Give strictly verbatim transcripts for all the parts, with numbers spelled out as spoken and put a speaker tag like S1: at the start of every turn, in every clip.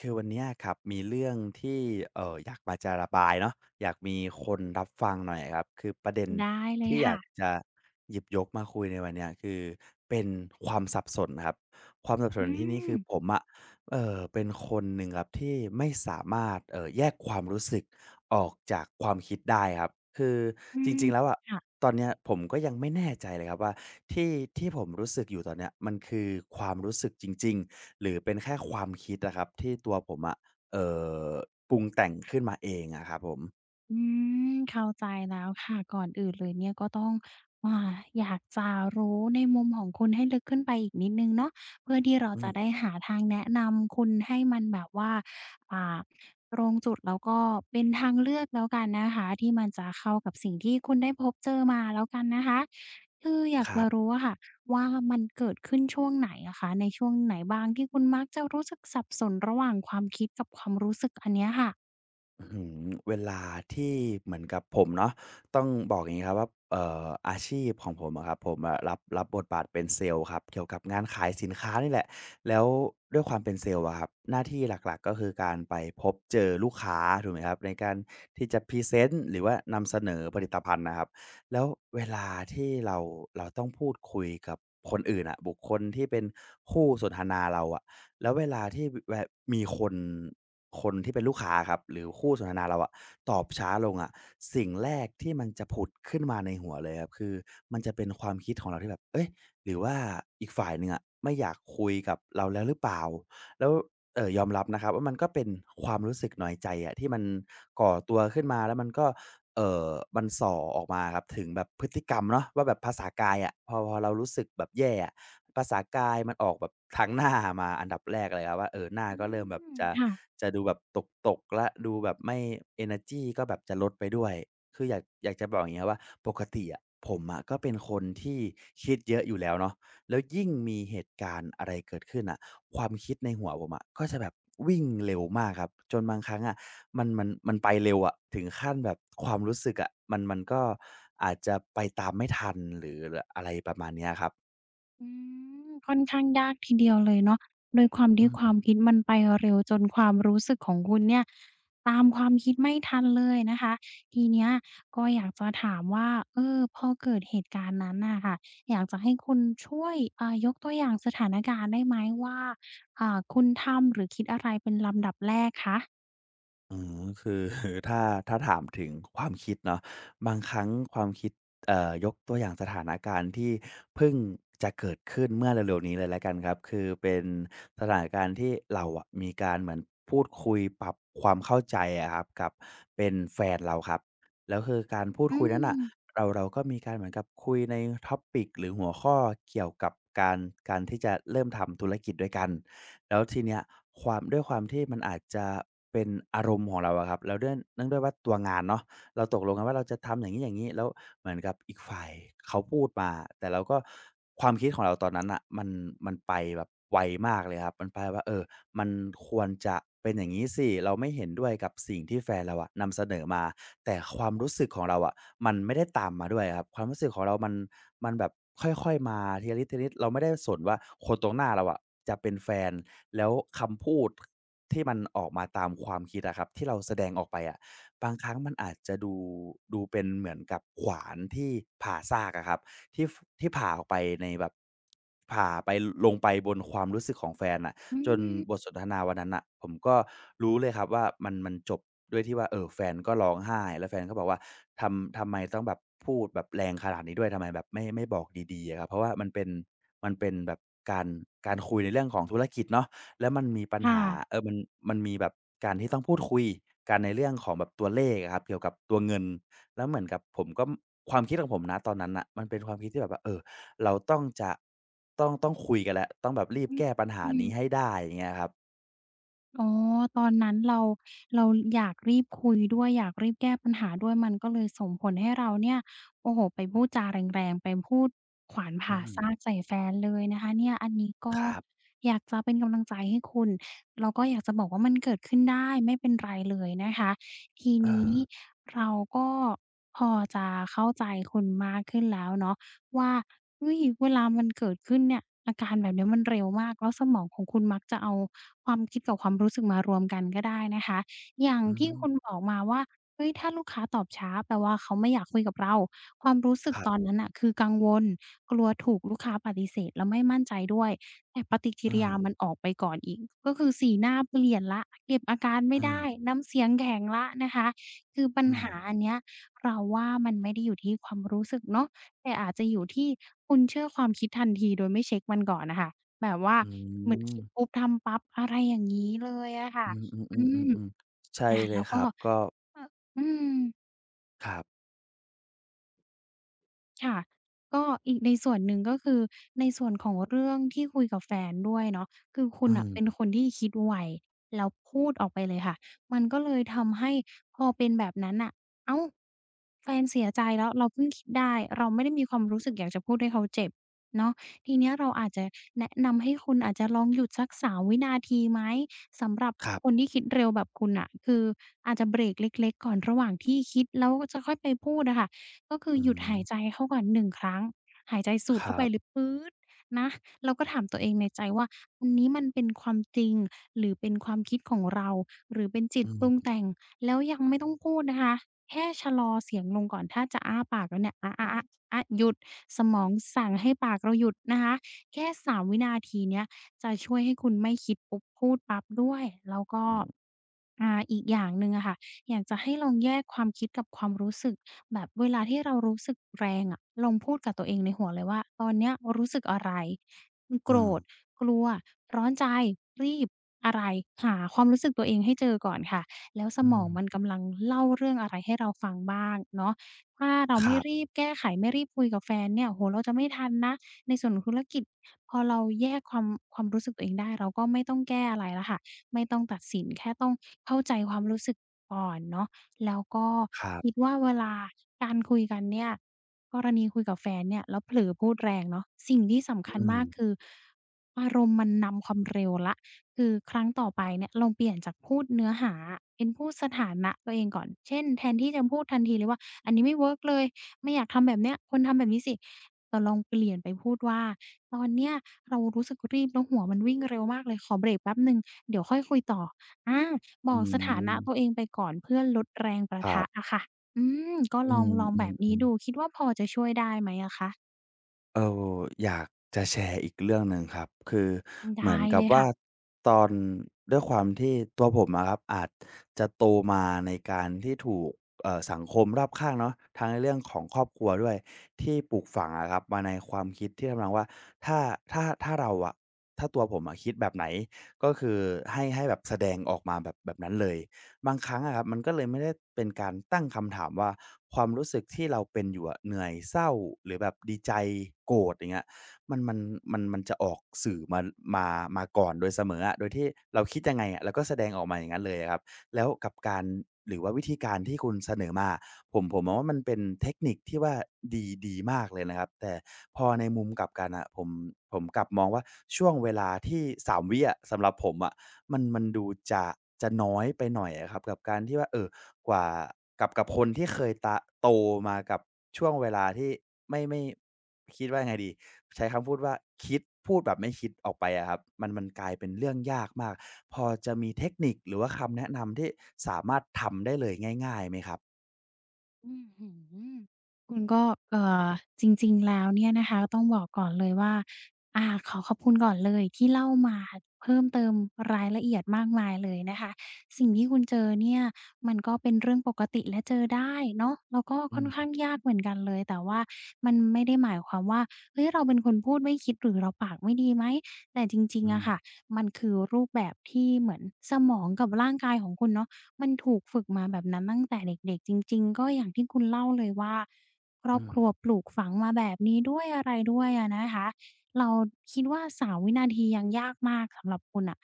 S1: คือวันเนี้ยครับมีเรื่องที่เอออยากมาจะระบายเนาะอยากมีคนรับฟังหน่อยครับคือประเด็น
S2: ได้เลย
S1: ที่อยา
S2: ค่ะ
S1: กจะหยิบยกมาคุยในวันเนี้ยคือเป็นความสับสนครับความสับส
S2: อื
S1: นที่นี้
S2: ม
S1: คือผมอะเอ่อเป็นคนหนึ่งครับที่ไม่สามารถเออแยกความรู้สึก ออกจากความคิดได้ครับคือ
S2: อื
S1: จ
S2: ม
S1: ริงๆแล้วอะ
S2: ค่ะ
S1: ตอนเนี้ยผมก็ยังไม่แน่ใจเลยครับว่าที่ที่ผมรู้สึกอยู่ตอนเนี้ยมันคือความรู้สึกจริงๆหรือเป็นแค่ความคิดอะครับที่ตัวผมอะเอ่อปรุงแต่งขึ้นมาเองอะครับผม
S2: อืมเข้าใจแล้วค่ะก่อนอื่นเลยเนี่ยก็ต้องอ่าอยากจะรู้ในมุมของคุณให้ลึกขึ้นไปอีกนิดหนึ่งเนาะเพื่อที่เรา
S1: อื
S2: จะ
S1: ม
S2: ได้หาทางแนะนำคุณให้มันแบบว่าอ่าตรงจุดแล้วก็เป็นทางเลือกแล้วกันนะคะที่มันจะเข้ากับสิ่งที่คุณได้พบเจอมาแล้วกันนะคะคืออยา
S1: ค
S2: ก
S1: รั
S2: จะ
S1: บ
S2: รู้อะค่ะว่ามันเกิดขึ้นช่วงไหนอะคะในช่วงไหนบ้างที่คุณมักจะรู้สึกสับสนระหว่างความคิดกับความรู้สึกอันเนี้ยค่ะ
S1: อื้อหือเวลาที่เหมือนกับผมเนาะต้องบอกอย่างนี้ครับว่าเอ่ออาชีพของผมอะครับผมอะรับรับบทบาทเป็นเซลส์ครับเกี่ยวกับงานขายสินค้านี่แหละแล้วด้วยความเป็นเซลล์อะครับหน้าที่หลักๆก็คือการไปพบเจอลูกค้าถูกไหมครับในการที่จะพรีเซนต์หรือว่านำเสนอผลิตภัณฑ์นะครับแล้วเวลาที่เราเราต้องพูดคุยกับคนอื่นอะบุคคลที่เป็นคู่สนทนาเราอะแล้วเวลาที่แบบมีคน คนที่เป็นลูกค้าครับหรือคู่สนทนาเราอะตอบช้าลงอะสิ่งแรกที่มันจะผุดขึ้นมาในหัวเลยครับคือมันจะเป็นความคิดของเราที่แบบเอ๊ะหรือว่าอีกฝ่ายหนึ่งอะไม่อยากคุยกับเราแล้วหรือเปล่าแล้วเอ่อยอมรับนะครับว่ามันก็เป็นความรู้สึกน้อยใจอะที่มันก่อตัวขึ้นมาแล้วมันก็เอ่อมันส่อออกมาครับถึงแบบพฤติกรรมเนาะว่าแบบภาษากายอะพอพอเรารู้สึกแบบแย่อะ ภาษากายมันออกแบบทางหน้ามาอันดับแรกเลยครับว่าเออหน้า
S2: อื
S1: ก็เริ่มแบบ
S2: ม
S1: จะ
S2: ค่ะ
S1: จะดูแบบตกๆแล้วดูแบบไม่เอเนอร์จีก็แบบจะลดไปด้วยคืออยากอยากจะบอกอย่างงี้ครับว่าปกติอะผมอะก็เป็นคนที่คิดเยอะอยู่แล้วเนาะแล้วยิ่งมีเหตุการณ์อะไรเกิดขึ้นน่ะความคิดในหัวผมอะก็จะแบบวิ่งเร็วมากครับจนบางครั้งอะมันมันมันไปเร็วอะถึงขั้นแบบความรู้สึกอะมันมันก็อาจจะไปตามไม่ทันหรือรอะไรประมาณเนี้ยครับ
S2: อืมค่อนข้างยากทีเดียวเลยเนาะโดยความ
S1: อื
S2: ที่ควา
S1: ม
S2: มคิดมันไปเร็วจนความรู้สึกของคุณเนี่ยตามความคิดไม่ทันเลยนะคะทีเนี้ยก็อยากจะถามว่าเออพอเกิดเหตุการณ์นั้นน่ะค่ะอยากจะให้คุณช่วยอ่ายกตัวอย่างสถานการณ์ได้ไหมว่าอ่าคุณทำหรือคิดอะไรเป็นลำดับแรกคะ
S1: อืมคือ ถ้าถ้าถามถึงความคิดเนาะบางครั้งความคิดเอ่อยกตัวอย่างสถานการณ์ที่เพิ่งจะเกิดขึ้นเมื่อเร็วๆนี้เลยแล้วกันครับคือเป็นสถานการณ์ที่เราอะมีการเหมือนพูดคุยปรับความเข้าใจอะครับกับเป็นแฟนเราครับแล้วคือการพูด
S2: อื
S1: คุยนั้นอะ
S2: ม
S1: เราเราก็มีการเหมือนกับคุยในท็อปปิกหรือหัวข้อเกี่ยวกับการการที่จะเริ่มทำธุรกิจด้วยกัน แล้วทีเนี้ยความด้วยความที่มันอาจจะเป็นอารมณ์ของเราอะครับแล้วด้วยเนื่องด้วยว่าตัวงานเนาะเราตกลงกันว่าเราจะทำอย่างนี้อย่างนี้แล้วเหมือนกับอีกฝ่ายเขาพูดมาแต่เราก็ความคิดของเราตอนนั้นอะมันมันไปแบบไวมากเลยครับมันไปว่าเออ มันควรจะเป็นอย่างนี้สิเราไม่เห็นด้วยกับสิ่งที่แฟนเราอะนำเสนอมาแต่ความรู้สึกของเราอะมันไม่ได้ตามมาด้วยอะครับความรู้สึกของเรามันมันแบบค่อยๆมาทีละนิดๆเราไม่ได้สนว่าคนตรงหน้าเราอะจะเป็นแฟนแล้วคำพูดที่มันออกมาตามความคิดอะครับที่เราแสดงออกไปอะบางครั้งมันอาจจะดูดูเป็นเหมือนกับขวานที่ผ่าซากอะครับที่ฟที่ผ่าออกไปในแบบผ่าไปลงไปบนความรู้สึกของแฟนน่ะ
S2: อื
S1: จนบท
S2: ม
S1: สนทนาวันนั้นน่ะผมก็รู้เลยครับว่ามันมันจบด้วยที่ว่าเอ่อแฟนก็ร้องไห้แล้วแฟนก็บอกว่าทำทำไมต้องแบบพูดแบบแรงขนาดนี้ด้วยทำไมแบบไม่ไม่บอกดีๆอะครับเพราะว่ามันเป็นมันเป็นแบบการการคุยในเรื่องของธุรกิจเนาะแล้วมันมีปัญ
S2: ค่ะ
S1: หาเอ่อมันมันมีแบบการที่ต้องพูดคุยกันในเรื่องของแบบตัวเลขอะครับเกี่ยวกับตัวเงินแล้วเหมือนกับผมก็ความคิดของผมณตอนนั้นน่ะมันเป็นความคิดที่แบบว่าเออ เราต้องจะต้องต้องคุยกันแล้วต้องแบบรีบ
S2: อ
S1: แก้ปัญหา
S2: ื
S1: นี้
S2: ม
S1: ให้ได้อย่างเงี้ยครับ
S2: อ๋อตอนนั้นเราเราอยากรีบคุยด้วยอยากรีบแก้ปัญหาด้วยมันก็เลยส่งผลให้เราเนี่ยโอ้โฮไปพูดจาแรงๆไปพูดขวาน
S1: อื
S2: ผ่าซาก
S1: ม
S2: ใส่แฟนเลยนะคะเนี่ยอันนี้ก็
S1: ครับ
S2: อยากจะเป็นกำลังใจให้คุณแล้วก็อยากจะบอกว่ามันเกิดขึ้นได้ไม่เป็นไรเลยนะคะที
S1: เอ
S2: นี้
S1: อ
S2: เราก็พอจะเข้าใจคุณมากขึ้นแล้วเนาะ ว่าเฮ้ยเวลามันเกิดขึ้นเนี่ยอาการแบบเนี้ยมันเร็วมาก แล้วสมองของคุณมักจะเอาความคิดกับความรู้สึกมารวมกันก็ได้นะคะ อย่าง
S1: อื
S2: ที่
S1: ม
S2: คุณบอกมาว่า เฮ้ยถ้าลูกค้าตอบช้าแปลว่าเขาไม่อยากคุยกับเรา ความรู้สึก
S1: ครั
S2: ตอน
S1: บ
S2: นั้นน่ะคือกังวลกลัวถูกลูกค้าปฏิเสธแล้วไม่มั่นใจด้วยแต่ปฏิกิ
S1: เอ
S2: ริยา
S1: อ
S2: มันออกไปก่อนอีกก็คือสีหน้าเปลี่ยนแล้วเก็บอาการไม่ได้
S1: ๆๆ
S2: น้ำเสียงแข็งแล้วนะคะคือปัญ
S1: อื
S2: หา
S1: ม
S2: อันเนี้ยเราว่ามันไม่ได้อยู่ที่ความรู้สึกเนาะ แต่อาจจะอยู่ที่คุณเชื่อความคิดทันทีโดยไม่เช็กมันก่อนน่ะค่ะแบบว่า
S1: อื
S2: เหมือนคิดปุ๊บทำปั๊บอะไรอย่างงี้เลยอะค่ะ
S1: ม
S2: อืม
S1: ๆๆๆๆใช่
S2: อา
S1: เล
S2: แล้
S1: ย
S2: ว
S1: ค
S2: ก็
S1: รับก็
S2: เอ่ออืม
S1: ครับ
S2: ค่ะก็อีกในส่วนหนึ่งก็คือในส่วนของเรื่องที่คุยกับแฟนด้วยเนาะคือคุ
S1: อื
S2: ณน่ะเป็น
S1: ม
S2: คนที่คิดไวแล้วพูดออกไปเลยค่ะมันก็เลยทำให้พอเป็นแบบนั้นน่ะอ้าวแฟนเสียใจแล้วเราเพิ่งคิดได้เราไม่ได้มีความรู้สึกอยากจะพูดให้เขาเจ็บเนาะทีเนี้ยเราอาจจะแนะนำให้คุณอาจจะลองหยุดสักสามวินาทีไหมสำหรับ
S1: ครั
S2: คน
S1: บ
S2: ที่คิดเร็วแบบคุณน่ะคืออาจจะเบรกเล็กๆก่อนระหว่างที่คิดแล้วจะค่อยไปพูดอะค่ะ ก็คือ
S1: อื
S2: หยุด
S1: ม
S2: หายใจเข้าก่อนหนึ่งครั้งหายใจสู
S1: ค
S2: ด
S1: รั
S2: เข้าไปลึก
S1: บ
S2: ปื๊ดนะเราก็ถามตัวเองในใจว่าอันนี้มันเป็นความจริงหรือเป็นความคิดของเราหรือเป็นจิตปรุง
S1: อื
S2: แต่งแล้วยังไม่ต้องพูดนะคะแค่ชะลอเสียงลงก่อนถ้าจะอ้าปากแล้วเนี่ยอะอะอะะหยุดสมองสั่งให้ปากเราหยุดนะคะแค่สามวินาทีเนี้ยจะช่วยให้คุณไม่คิดปุ๊บพูดปั๊บด้วยแล้วก็
S1: มๆ
S2: อ่าอีกอย่างหนึ่งอะค่ะอยากจะให้ลองแยกความคิดกับความรู้สึก แบบเวลาที่เรารู้สึกแรงอะลองพูดกับตัวเองในหัวเลยว่าตอนเนี้ยรู้สึกอะไรมัน
S1: เอ
S2: โกร
S1: อ
S2: ธกลัวร้อนใจรีบอะไรหาความรู้สึกตัวเองให้เจอก่อนค่ะแล้วส
S1: อื
S2: มองมัน
S1: ม
S2: กำลังเล่าเรื่องอะไรให้เราฟังบ้างเนาะถ้าเรา
S1: ค
S2: ไม่
S1: รั
S2: รีบแก้ไขไม่รีบคุยกับแฟนเนี่ยโอ้โฮเราจะไม่ทันนะในส่วนของธุรกิจพอเราแยกความความรู้สึกตัวเองได้เราก็ไม่ต้องแก้อะไรแล้วค่ะไม่ต้องตัดสินแค่ต้องเข้าใจความรู้สึกก่อนเนาะ แล้วก็คิด
S1: บ
S2: ว่าเวลาการคุยกันเนี่ยกรณีคุยกับแฟนเนี่ยแล้วเผลอพูดแรงเนาะสิ่งที่
S1: ๆ
S2: สำ
S1: อื
S2: คัญ
S1: ม
S2: มากคืออารมณ์มันนำความเร็วแล้วคือครั้งต่อไปเนี่ยลองเปลี่ยนจากพูดเนื้อหาอะเป็นพูดสถานะตัวเองก่อนเช่นแทนที่จะพูดทันทีเลยว่าอันนี้ไม่เวิร์กเลยไม่อยากทำแบบเนี้ยคุทำแบบนี้สิเราลองเปลี่ยนไปพูดว่าตอนเนี้ยเรารู้สึกรีบแล้วหัวมันวิ่งเร็วมากเลยขอเบรกแป๊บหนึ่งเดี๋ยวค่อยคุยต่ออา บ
S1: อื
S2: อกสถานะตัว
S1: ม
S2: เองไปก่อนเพื่อลดแรงประ
S1: ครั
S2: ทะ
S1: บ
S2: อะค่ะ อืม ก็
S1: อื
S2: ลองลองแบบนี้
S1: มๆ
S2: ดู
S1: ๆ
S2: คิดว่าพอจะช่วยได้ไหมอะคะ
S1: เอออยากจะแชร์อีกเรื่องหนึ่งครับ คือเหมือ
S2: ได้
S1: นกั
S2: เล
S1: บ
S2: ย
S1: ว่า
S2: ค่ะ
S1: ตอนด้วยความที่ตัวผมอะครับอาจจะโตมาในการที่ถูกเอ่อสังคมรอบข้างเนาะทั้งในเรื่องของครอบครัวด้วยที่ปลูกฝังอะครับมาในความคิดที่ทำนองว่าถ้าถ้าถ้าเราอะถ้าตัวผมอะคิดแบบไหนก็คือให้ให้แบบแสดงออกมาแบบแบบนั้นเลย บางครั้งอะครับมันก็เลยไม่ได้เป็นการตั้งคำถามว่าความรู้สึกที่เราเป็นอยู่อะเหนื่อยเศร้าหรือแบบดีใจโกรธอย่างเงี้ยมันมันมันมันจะออกสื่อมามามาก่อนโดยเสมออะโดยที่เราคิดยังไงอะเราก็แสดงออกมาอย่างงั้นเลยอะครับแล้วกับการหรือว่าวิธีการที่คุณเสนอมาผมผมมองว่ามันเป็นเทคนิคที่ว่าดีดีมากเลยนะครับแต่พอในมุมกลับกันอะผมผมกลับมองว่าช่วงเวลาที่สามวิอะสำหรับผมอะ มันมันดูจะจะน้อยไปหน่อยอะครับกับการที่ว่าเอ่อกว่ากับกับคนที่เคยตะโตมากับช่วงเวลาที่ไม่ไม่คิดว่ายังไงดีใช้คำพูดว่าคิดพูดแบบไม่คิดออกไปอะครับมันมันกลายเป็นเรื่องยากมากพอจะมีเทคนิคหรือว่าคำแนะนำที่สามารถทำได้เลยง่ายๆไหมครับ
S2: อื้อฮือคุณก็เอ่อจริงๆแล้วเนี่ยนะคะต้องบอกก่อนเลยว่าอ่าขอขอบคุณก่อนเลยที่เล่ามาเพิ่มเติมรายละเอียดมากมายเลยนะคะสิ่งที่คุณเจอเนี่ยมันก็เป็นเรื่องปกติและเจอได้เนาะแล้วก็ค่
S1: อื
S2: อนข้าง
S1: ม
S2: ยากเหมือนกันเลยแต่ว่ามันไม่ได้หมายความว่าเฮ้ยเราเป็นคนพูดไม่คิดหรือเราปากไม่ดีไหมแต่จริง
S1: อื
S2: ๆ
S1: ม
S2: อะค่ะมันคือรูปแบบที่เหมือนสมองกับร่างกายของคุณเนาะ มันถูกฝึกมาแบบนั้นตั้งแต่เด็กๆจริงๆก็อย่างที่คุณเล่าเลยว่าครอ
S1: อื
S2: บ
S1: ม
S2: ครัวปลูกฝังมาแบบนี้ด้วยอะไรด้วยอะนะคะเราคิดว่าสามวินาทียังยากมากสำหรับคุณน่ะ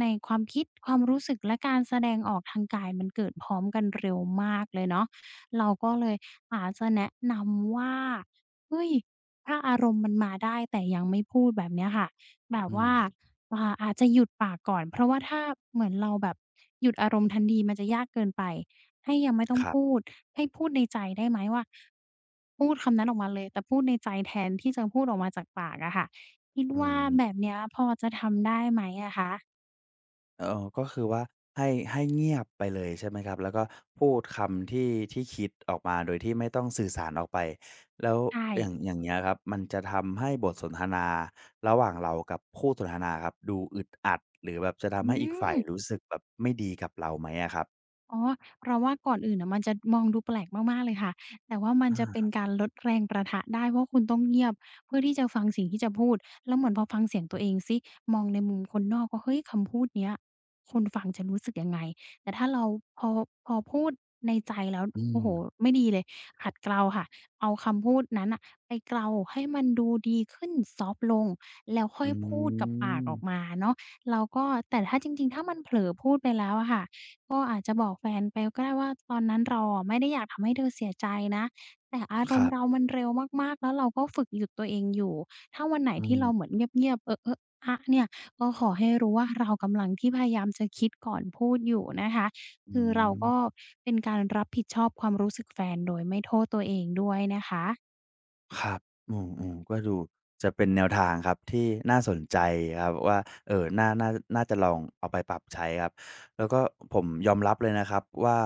S2: ในความคิดความรู้สึกและการแสดงออกทางกายมันเกิดพร้อมกันเร็วมากเลยเนาะเราก็เลยอาจจะแนะนำว่าเฮ้ยถ้าอารมณ์มันมาได้แต่ยังไม่พูดแบบเนี้ยค่ะแบบ
S1: อื
S2: ว่า
S1: ม
S2: อ่าอาจจะหยุดปากก่อนเพราะว่าถ้าเหมือนเราแบบหยุดอารมณ์ทันทีมันจะยากเกินไปให้ยังไม่ต้อ
S1: ค
S2: ง
S1: รั
S2: พู
S1: บ
S2: ดให้พูดในใจได้ไหมว่าพูดคำนั้นออกมาเลยแต่พูดในใจแทนที่จะพูดออกมาจากปากอะค่ะคิด
S1: อื
S2: ว่า
S1: ม
S2: แบบเนี้ยพอจะทำได้ไหมอะคะ
S1: เอ่อก็คือว่าให้ให้เงียบไปเลยใช่ไหมครับ แล้วก็พูดคำที่ที่คิดออกมาโดยที่ไม่ต้องสื่อสารออกไป แล้ว
S2: ใช่
S1: อย่างอย่างเงี้ยครับมันจะทำให้บทสนทนาระหว่างเรากับคู่สนทนาครับดูอึดอัดหรือแบบจะทำ
S2: อื
S1: ให้อีก
S2: ม
S1: ฝ่ายรู้สึกแบบไม่ดีกับเราไหมอะครับ
S2: อ๋อเราว่าก่อนอื่นน่ะมันจะมองดูแปลกมากๆเลยค่ะแต่ว่ามัน
S1: อา
S2: จะเป็นการลดแรงประทะได้เพราะคุณต้องเงียบเพื่อที่จะฟังสิ่งที่จะพูดแล้วเหมือนพอฟังเสียงตัวเองสิมองในมุมคนนอกว่าเฮ้ยคำพูดเนี้ยคนฟังจะรู้สึกยังไงแต่ถ้าเราพอพอพูดในใจแล้ว
S1: อื
S2: โอ้
S1: ม
S2: โฮไม่ดีเลยขัดเกลาค่ะเอาคำพูดนั้นน่ะไปเกลาให้มันดูดีขึ้นซอฟต์ลงแล้วค่
S1: อื
S2: อยพูดกับปาก
S1: ม
S2: ออกมาเนาะแล้วก็แต่ถ้าจริงๆถ้ามันเผลอพูดไปแล้วอะค่ะ ก็อาจจะบอกแฟนไปก็ได้ว่าตอนนั้นเราอะไม่ได้อยากทำให้เธอเสียใจนะแต่อาร
S1: ค
S2: ม
S1: รั
S2: ณ์เรา
S1: บ
S2: มันเร็วมากๆแล้วเราก็ฝึกหยุดตัวเองอยู่ถ้าวันไหน
S1: อื
S2: ที่
S1: ม
S2: เราเหมือนเงียบๆเอะๆอะเนี่ยก็ขอให้รู้ว่าเรากำลังที่พยายามจะคิดก่อนพูดอยู่นะคะ
S1: อื
S2: คือเรา
S1: ม
S2: ก็เป็นการรับผิดชอบความรู้สึกแฟนโดยไม่โทษตัวเองด้วยนะคะ
S1: ครับอืมอืมก็ดูจะเป็นแนวทางครับที่น่าสนใจครับว่าเอ่อน่าน่าน่าจะลองเอาไปปรับใช้ครับ แล้วก็ผมยอมรับเลยนะครับว่า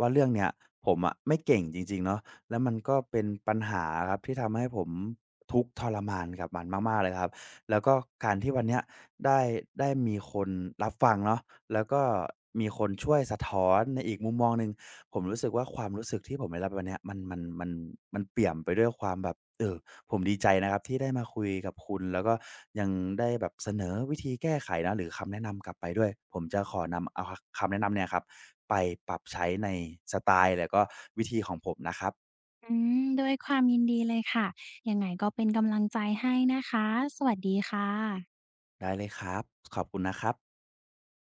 S1: ว่าเรื่องเนี้ยผมอะไม่เก่งจริงๆเนาะแล้วมันก็เป็นปัญหาครับที่ทำให้ผมทุกข์ทรมานกับมันมากๆเลยครับแล้วก็การที่วันเนี้ยได้ได้มีคนรับฟังเนาะแล้วก็มีคนช่วยสะท้อนในอีกมุมมองหนึ่ง ผมรู้สึกว่าความรู้สึกที่ผมได้รับวันเนี้ยมันมันมันมันเปี่ยมไปด้วยความแบบเอ่อผมดีใจนะครับที่ได้มาคุยกับคุณแล้วก็ยังได้แบบเสนอวิธีแก้ไขนะหรือคำแนะนำกลับไปด้วยผมจะขอนำเอาคำแนะนำเนี่ยครับไปปรับใช้ในสไตล์แล้วก็วิธีของผมนะครับ
S2: อืมด้วยความยินดีเลยค่ะยังไงก็เป็นกำลังใจให้นะคะสวัสดีค่ะ
S1: ได้เลยครับขอบคุณนะครับ